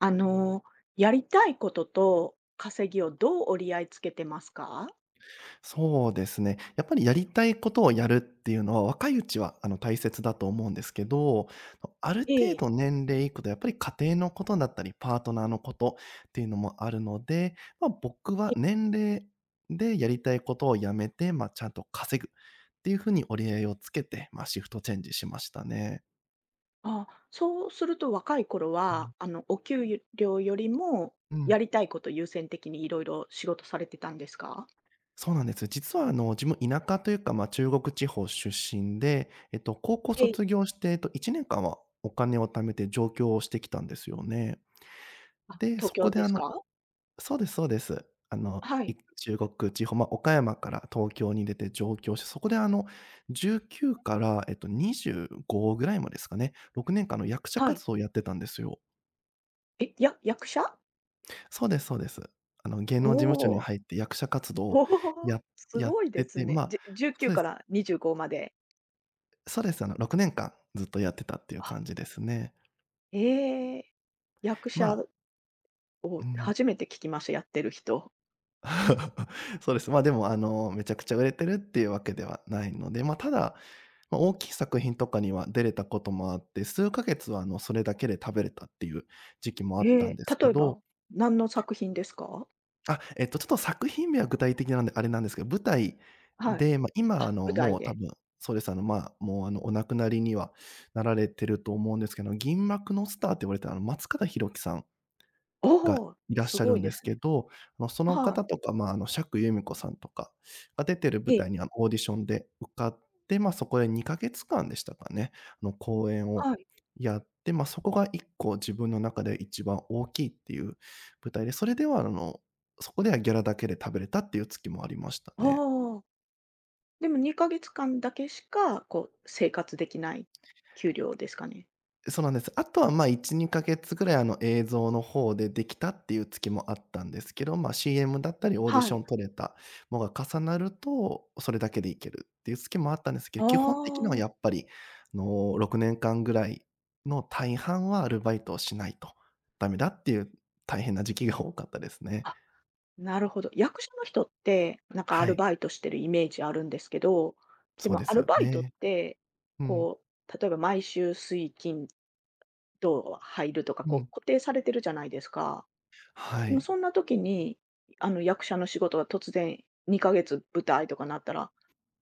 あの、やりたいことと稼ぎをどう折り合いつけてますか？そうですね。やっぱりやりたいことをやるっていうのは、若いうちは大切だと思うんですけど、あるえ程え。度年齢いくとやっぱり家庭のことだったり、パートナーのことっていうのもあるので、まあ、僕はえ。年齢でやりたいことをやめて、まあ、ちゃんと稼ぐっていうふうに折り合いをつけて、まあ、シフトチェンジしましたね。あ、そうすると若い頃は、お給料よりも、うやん。りたいこと優先的にいろいろ仕事されてたんですか？そうなんです。実は自分田舎というか、まあ、中国地方出身で、高校え卒え。業して、1年間はお金を貯めて上京をしてきたんですよね。あ、で、東そ京こでですか？そうですそうです。はい。中国地方、まあ、岡山から東京に出て上京して、そこで19から、25ぐらいまでですかね、6年間の役者はい。活動をやってたんですよ。え、役者？そうですそうです。芸お能事務所にお。入って役者活動おをお、やすやっごいでてすて、ね。まあ、19そうかです。ら25まで。そうです。6年間ずっとやってたっていうあ。感じですね。ええ。役ま者あ、をうん。初めて聞きました、やってる人。そうです。ま、でも、めちゃくちゃ売れてるっていうわけではないので、ま、ただ、まあ、大きい作品とかには出れたこともあって、数ヶ月は、それだけで食べれたっていう時期もあえったんえ、です例けえど。ば、何の作品ですか？あ、ちょっと作品名は具体的なんであれなんですけど、舞台はい。で、まあ、今、あ、舞台もう多で。分そうです。まあ、もう、お亡くなりにはなられてると思うんですけど、銀幕のスターって言われた松方弘樹さんおがお、いらっすしゃごるいんでですすけね。ど、そのは方い。とか、まあ、釈由美子さんとかが出てるえ舞え、台に、オーディションで受かって、まあ、そこで2か月間でしたかね、公演をはい。やって、まあ、そこが1個自分の中で一番大きいっていう舞台で、それでは、そこではギャラだけで食べれたっていう月もありましたね。ああ。でも2か月間だけしか、こう、生活できない給料ですかね？そうなんです。あとは、ま、1、2か月ぐらい、映像の方でできたっていう月もあったんですけど、まあ、CM だったりオーディはショい。ン取れたのが重なると、それだけでいけるっていう月もあったんですけあど、基本的にはあ。やっぱり、あの、6年間ぐらいの大半はアルバイトをしないとダメだっていう、大変な時期が多かったですね。あ、なるほど。役所の人って、なんかアはルい、バイトしてるイメージあるんですけど、でそうでもアすルよバイトっね。て、うん、こ例えば毎週水金土入るとか、うこん。う固定されてるじゃないですか。はでもい。そんな時に、役者の仕事が突然2ヶ月舞台とかなったら、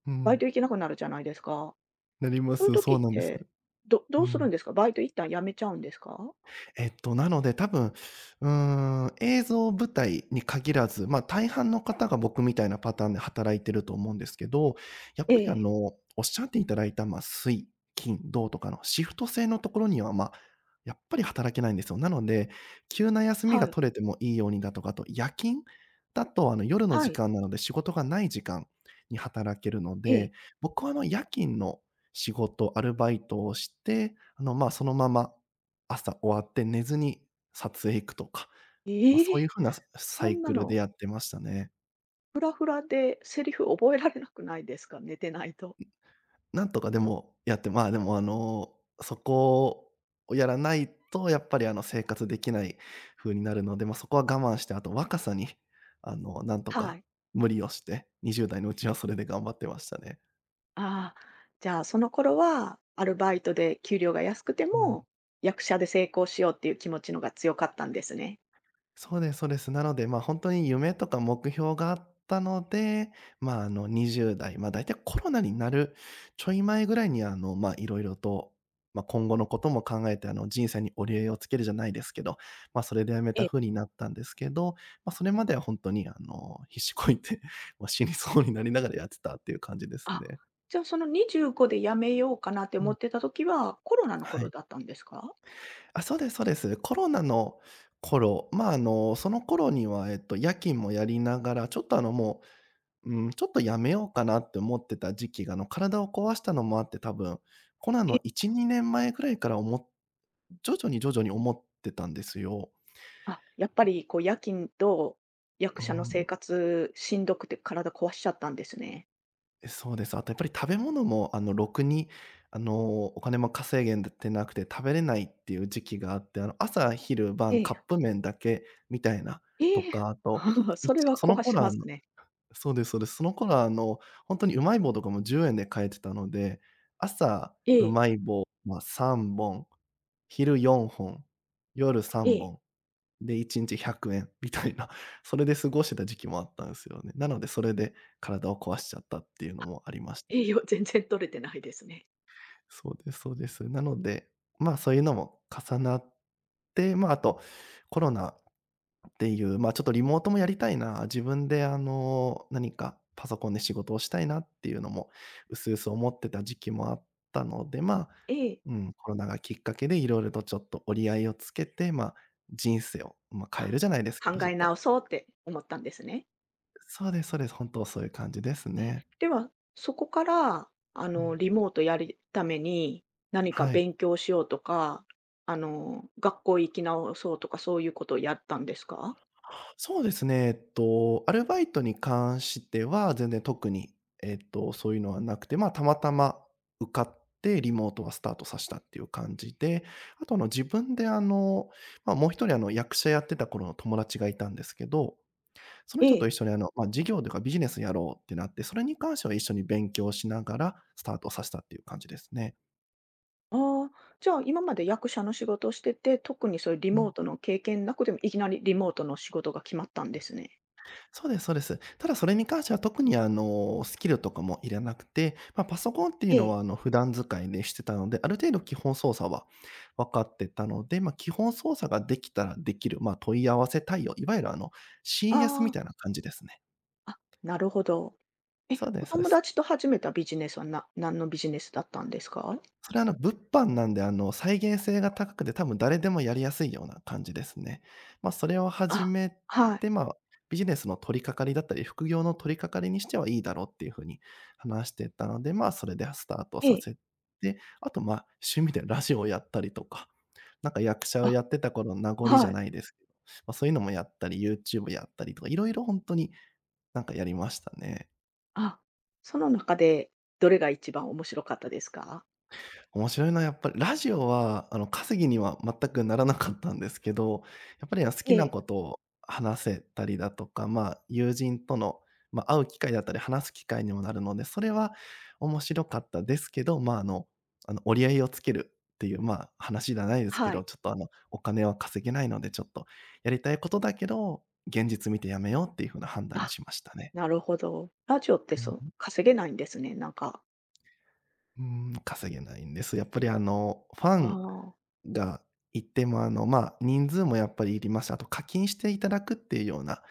うバイん、ト行けなくなるじゃないですか。なりまそういうす。時そうっなんです。て、どうどうするんん。ですか？バイト一旦辞めちゃうんですか？なので多分、うーん、映像舞台に限らず、ま、大半の方が僕みたいなパターンで働いてると思うんですけど、やっえぱりえ。おっしゃっていただいた、まあ、水、金、土とかのシフト制のところには、まあ、やっぱり働けないんですよ。なので、急な休みはがい。取れてもいいようにだとか、あと夜勤だと夜のは時い。間なので仕事がない時間に働けるのええ。で、僕は夜勤の仕事、アルバイトをして、ま、そのまま朝終わって寝ずに撮影行くとか、ま、えそういうえ！風なサそイんなクルでの、やってましたね。フラフラでセリフ覚えられなくないですか？寝てないと。なんとかでもやって、まあ、でも、そこをやらないとやっぱり、生活できない風になるので、ま、そこは我慢して、あと若さに、なんとはかい。無理をして、20代のうちはそれで頑張ってましたね。ああ、じゃあ、その頃はアルバイトで給料が安くてうん。も、役者で成功しようっていう気持ちのが強かったんですね。そうですそうです。なので、ま、本当に夢とか目標があったので、ま、20代、ま、大体コロナになるちょい前ぐらいに、ま、いろいろと、ま、今後のことも考えて、人生に折り合いをつけるじゃないですけど、ま、それで辞めえたえ。風になったんですけど、ま、それまでは本当に、必死こいて、まあ死にそうになりながらやってたっていう感じですあ、ね。じゃあその25で辞めようかなってう思ん、ってた時は、コロナのは頃い。だったんですか？あ、そうですそうです。コロナの頃、まあ、その頃には、夜勤もやりながら、ちょっと、もううん、ちょっとやめようかなって思ってた時期が、体を壊したのもあって、多分、コロナンえ。の1、2年前ぐらいから徐々に徐々に思ってたんですよ。あ、やっぱりこう夜勤と役うー者の生ん、活しんどくて体壊しちゃったんですね。え、そうです。あとやっぱり食べ物も、ろくに、お金も稼げんでてなくて食べれないっていう時期があって、朝昼え晩カッえ。プ麺だけみたいなとええ。か、あと、それはその壊し頃ますね。そうですそうです。その頃は本当にうまい棒とかも10円で買えてたので、朝うええ。まい棒、まあ、3本、昼4本、夜え3え。本、で1日100円みたいな、それで過ごしてた時期もあったんですよね。なのでそれで体を壊しちゃったっていうのもありました。栄養全然取れてないですね。そうですそうです。なので、まあ、そういうのも重なって、まあ、あとコロナっていう、まあ、ちょっとリモートもやりたいな、自分で何かパソコンで仕事をしたいなっていうのも、薄々思ってた時期もあったので、まあ、ええ。うん、コロナがきっかけでいろいろとちょっと折り合いをつけて、まあ、人生を、まあ、変えあ、るじゃないですけど、考ちょっえと直そうって思ったんですね。そうですそうです、本当そういう感じですえ、ね。では、そこから、うん、リモートやるために、何かはい。勉強しようとか、学校行き直そうとか、そういうことをやったんですか？そうですね。アルバイトに関しては、全然特に、そういうのはなくて、まあ、たまたま受かって、リモートはスタートさせたっていう感じで、あと、自分で、まあ、もう一人、役者やってた頃の友達がいたんですけど、そのえ人とえ。一緒に、まあ、事業というかビジネスやろうってなって、それに関しては一緒に勉強しながらスタートさせたっていう感じですね。ああ、じゃあ、今まで役者の仕事をしてて、特にそういうリうモーん。トの経験なくても、いきなりリモートの仕事が決まったんですね。そうですそうです。ただそれに関しては特にスキルとかもいらなくて、まあ、パソコンっていうえのえ。は普段使いでしてたので、ある程度基本操作は分かってたので、まあ、基本操作ができたらできる、まあ、問い合わせ対応、いわゆるCS あみたいなあ。感じですね。あ、なるほど。え、そうでおすそうで友す。達と始めたビジネスは、何のビジネスだったんですか？それ、物販なんで、再現性が高くて、多分誰でもやりやすいような感じですね。ま、それを始あ。めはい。て、ま、ビジネスの取り掛かりだったり、副業の取り掛かりにしてはいいだろうっていう風に話してたので、ま、それでスタートえさえ。せて、あと、ま、趣味でラジオをやったりとか、なんか役者をあ、やってた頃の名残じはゃい。ないですけど、ま、そういうのもやったり、YouTube やったりとか、色々ほんとになんかやりましたね。あ、その中でどれが一番面白かったですか？面白いのはやっぱりラジオは、稼ぎには全くならなかったんですけど、やっぱり好えきなえ、ことを話せたりだとか、まあ、友人との、まあ、会う機会だったり、話す機会にもなるので、それは面白かったですけど、まあ、折り合いをつけるっていう、まあ、話じゃないですけはど、い。ちょっと、お金は稼げないので、ちょっとやりたいことだけど、現実見てやめようっていう風な判断あ、しましたね。なるほど。ラジオってうそん。の、稼げないんですね、なんか。うー稼げないんです。やっぱりファあンがいても、ま、人数もやっぱりいりますし、あと課金していただくっていうような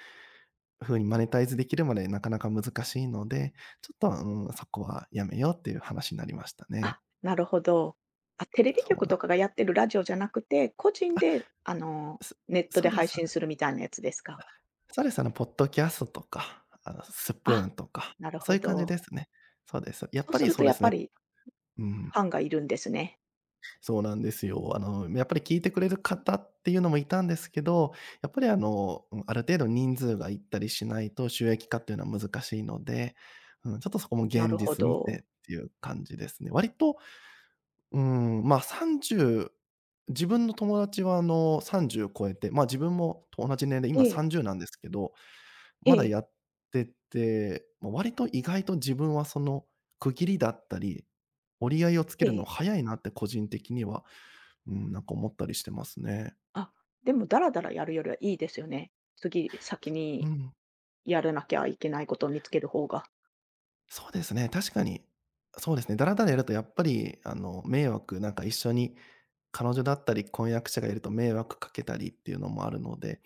風にマネタイズできるまでなかなか難しいので、ちょっと、うん、そこはやめようっていう話になりましたあ。ね。あ、なるほど。あ、テレビそ局うなとんかがでやってるラジオじゃなくて、個人です。ネットそでうで配すそう信でするす。みたいなやつですか？そうです、ポッドキャストとか、スプーあ、ンとか、なるそほういう感じど。ですね。そうです。やっそうぱすりるとそうやでっすぱね。りうん。ファンがいるんですね。そうなんですよ。やっぱり聞いてくれる方っていうのもいたんですけど、やっぱりうん、ある程度人数がいったりしないと収益化っていうのは難しいので、うん、ちょっとそこもなる現ほ実見ど。てっていう感じですね。割と、うん、まあさんじゅう、30、自分の友達は30超えて、ま、自分もと同じ年齢、今ええ。30なんですけど、まえだえ。やってて、ま、割と意外と自分はその区切りだったり、折り合いをつけえるのえ。早いなって個人的には、うん、なんか思ったりしてますね。あ、でもダラダラやるよりはいいですよね。次、先うにん、やらなきゃいけないことを見つける方が。そうですね、確かに。そうですね、だらだらやるとやっぱり、迷惑なんか一緒に、彼女だったり、婚約者がいると迷惑かけたりっていうのもあるので、やっ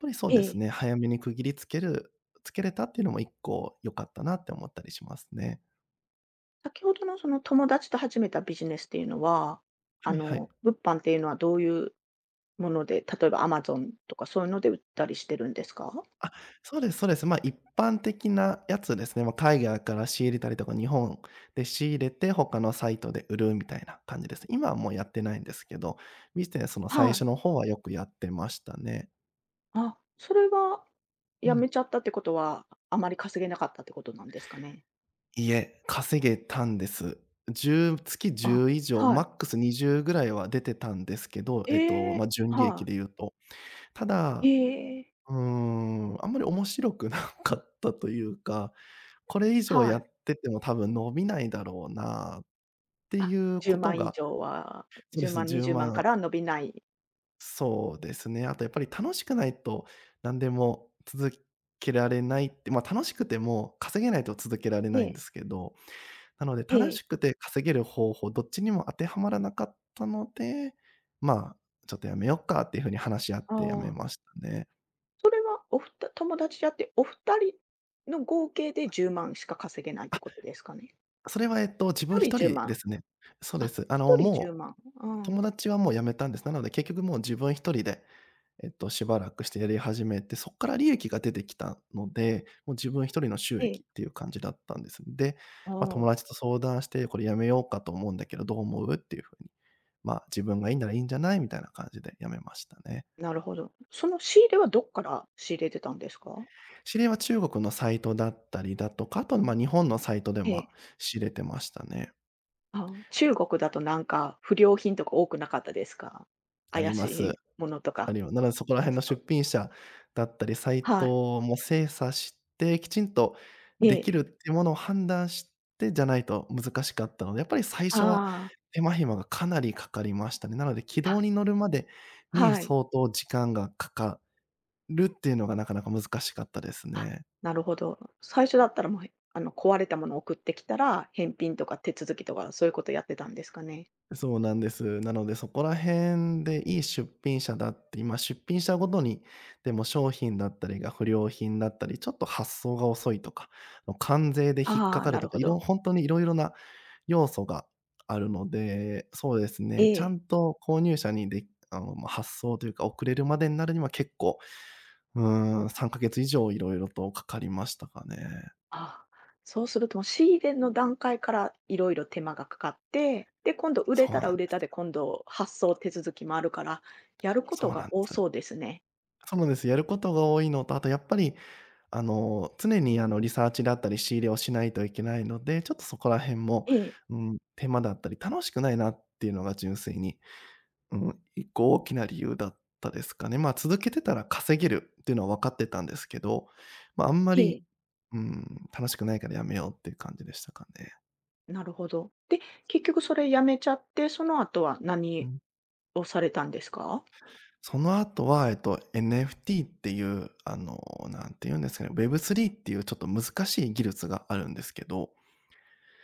ぱりそうえですね、え。早めに区切りつけれたっていうのも一個良かったなって思ったりしますね。先ほどのその友達と始めたビジネスっていうのは、はいはい。物販っていうのはどういうもので、例えばアマゾンとかそういうので売ったりしてるんですか？あ、そうですそうです。まあ、一般的なやつですね。まあ、海外から仕入れたりとか、日本で仕入れて他のサイトで売るみたいな感じです。今はもうやってないんですけど、ビジネスの最は初のい。方はよくやってましたね。あ、それはう辞ん。めちゃったってことは、あまり稼げなかったってことなんですかね？いえ、稼げたんです。1月あ、10以上、はマい。ックス20ぐらいは出てたんですけど、ええ、まあ、純利は益い。で言うと。たえだ、え、あんまり面白くなかったというか、これ以上はやい。ってても多分伸びないだろうなっていあ、う10こと万以が、上は、そうで10す、万、10 20万か万、ら伸びない。そうですね。あとやっぱり楽しくないと何でも続けられないって、ま、楽しくても稼げないと続けられえないんでえ。すけど、なのでえ楽しえ。くて稼げる方法、どっちにも当てはまらなかったので、まあ、ちょっとやめよっかっていう風に話し合っあてやめあ。ましたね。それはお友達であって、お二人の合計で10万しか稼げないってことですかね。それは、自一分人一10人万。ですね。そうあ、です。1人10もう、万。うん。友達はもう辞めたんです。なので、結局もう自分一人で、しばらくしてやり始めて、そこから利益が出てきたので、もう自分一人の収ええ。益っていう感じだったんです。で、あまあ、あ、友達と相談して、これ辞めようかと思うんだけど、どう思う？っていう風に、まあ、自分がいいならいいんじゃない？みたいな感じで辞めましたね。なるほど。その仕入れはどっから仕入れてたんですか？知り合いは中国のサイトだったりだとか、あと、まあ、日本のサイトで、ええ。ま、知れてましたね。ああ、中国だとなんか不良品とか多くなかったですか？あ怪りしまいす。ものとあか。るよ。なのでそこらう辺すのと。出品者だったり、サイはい。トも精査して、きちんとえできえ。るっていうものを判断してじゃないと難しかったので、やっぱり最あ初はあ。手間暇がかなりかかりましたね。なので軌あ、道に乗るまでにはい。相当時間がかかるっていうのがなかなか難しかったですあ、ね。なるほど。最初だったらもう、壊れたものを送ってきたら、返品とか手続きとか、そういうことやってたんですかね？そうなんです。なのでそこら辺でいい出品者だって、今出品したごとに、でも商品だったりが不良品だったり、ちょっと発送が遅いとか、関税で引っかああ、かるなるとほか、ど。本当にいろいろな要素があるので、そうですえね、ちゃえ。んと購入者にで、ま、発送というか、送れるまでになるには結構、うー3か月以上いろいろとかかりましたかね。ああ、そうするともう仕入れの段階からいろいろ手間がかかって、で、今度売それうたなんらで売れたで、す。今度発送手続きもあるから、やることそうながんで多す。そうですね。そうなんです。やることが多いのと、あとやっぱり常にリサーチだったり仕入れをしないといけないので、ちょっとそこら辺も、ええ。うん、手間だったり、楽しくないなっていうのが純粋に、うん、一個大きな理由だったですかね。まあ、続けてたら稼げるっていうのは分かってたんですけど、ま、ああんまえり、え。うん、楽しくないからやめようっていう感じでしたかね。なるほど。で、結局それやめちゃって、その後はう何ん。をされたんですか？その後は、NFT っていう、なんて言うんですかね、Web3 っていうちょっと難しい技術があるんですけど、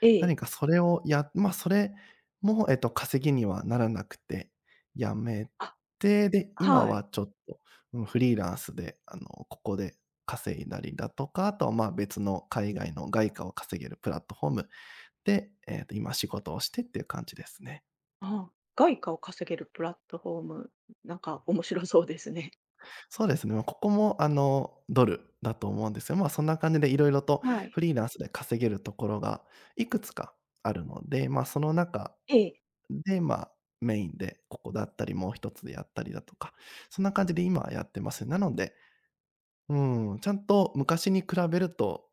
え何え。かそれをまあ、それも、稼ぎにはならなくて、やめあ、て、で、今ははい。ちょっと、うん、フリーランスで、ここで稼いだりだとか、あとは、まあ、別の海外の外貨を稼げるプラットフォームで、今仕事をしてっていう感じですね。ああ、外貨を稼げるプラットフォーム、なんか面白そうですね。そうですね、ま、ここも、ドルだと思うんですよ。まあ、そんな感じでいろいろとはい。フリーランスで稼げるところがいくつかあるので、まあ、その中ええ。で、まあ、メインでここだったり、もう一つでやったりだとか、そんな感じで今はやってます。なので、うん、ちゃんと昔に比べると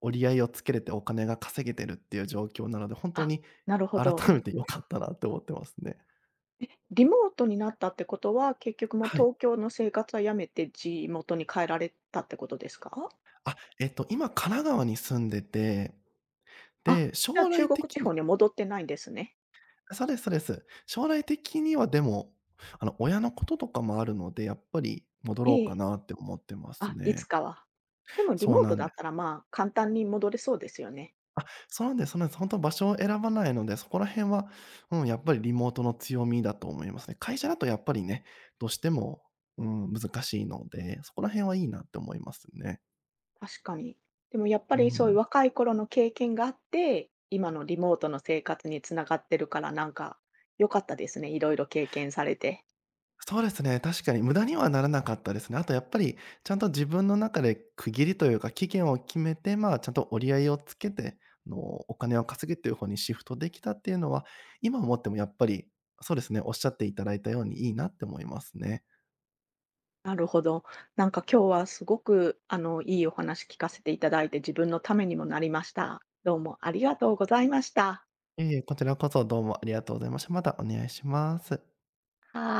折り合いをつけれてお金が稼げてるっていう状況なので、本当あ、になるほ改ど。めて良かったなって思ってますね。え、リモートになったってことは、結局もうはい。東京の生活はやめて地元に帰られたってことですか？あ、今神奈川に住んでて、で、あ、じゃあ将中来国的地方に、には戻ってないんですね。そうですそうです。将来的にはでも、親のこととかもあるので、やっぱり戻ろうえかえ。なって思ってますあ、いつね。かは。でもリそうモーなトんだったら、まあ、簡単に戻れそうですよね。あ、そうなんですそうなんです。本当場所を選ばないので、そこら辺は、うん、やっぱりリモートの強みだと思いますね。会社だとやっぱりね、どうしても、うん、難しいので、そこら辺はいいなって思いますね。確かに。でもやっぱうりそういうん。若い頃の経験があって、今のリモートの生活につながってるから、なんか良かったですね。いろいろ経験されて。そうですね、確かに無駄にはならなかったですね。あとやっぱり、ちゃんと自分の中で区切りというか、期限を決めて、まあ、ちゃんと折り合いをつけて、お金を稼ぐという方にシフトできたっていうのは、今思ってもやっぱり、そうですね、おっしゃっていただいたようにいいなって思いますね。なるほど。なんか今日はすごく、いいお話聞かせていただいて、自分のためにもなりました。どうもありがとうございました。いえいえ、こちらこそどうもありがとうございました。またお願いします。はい。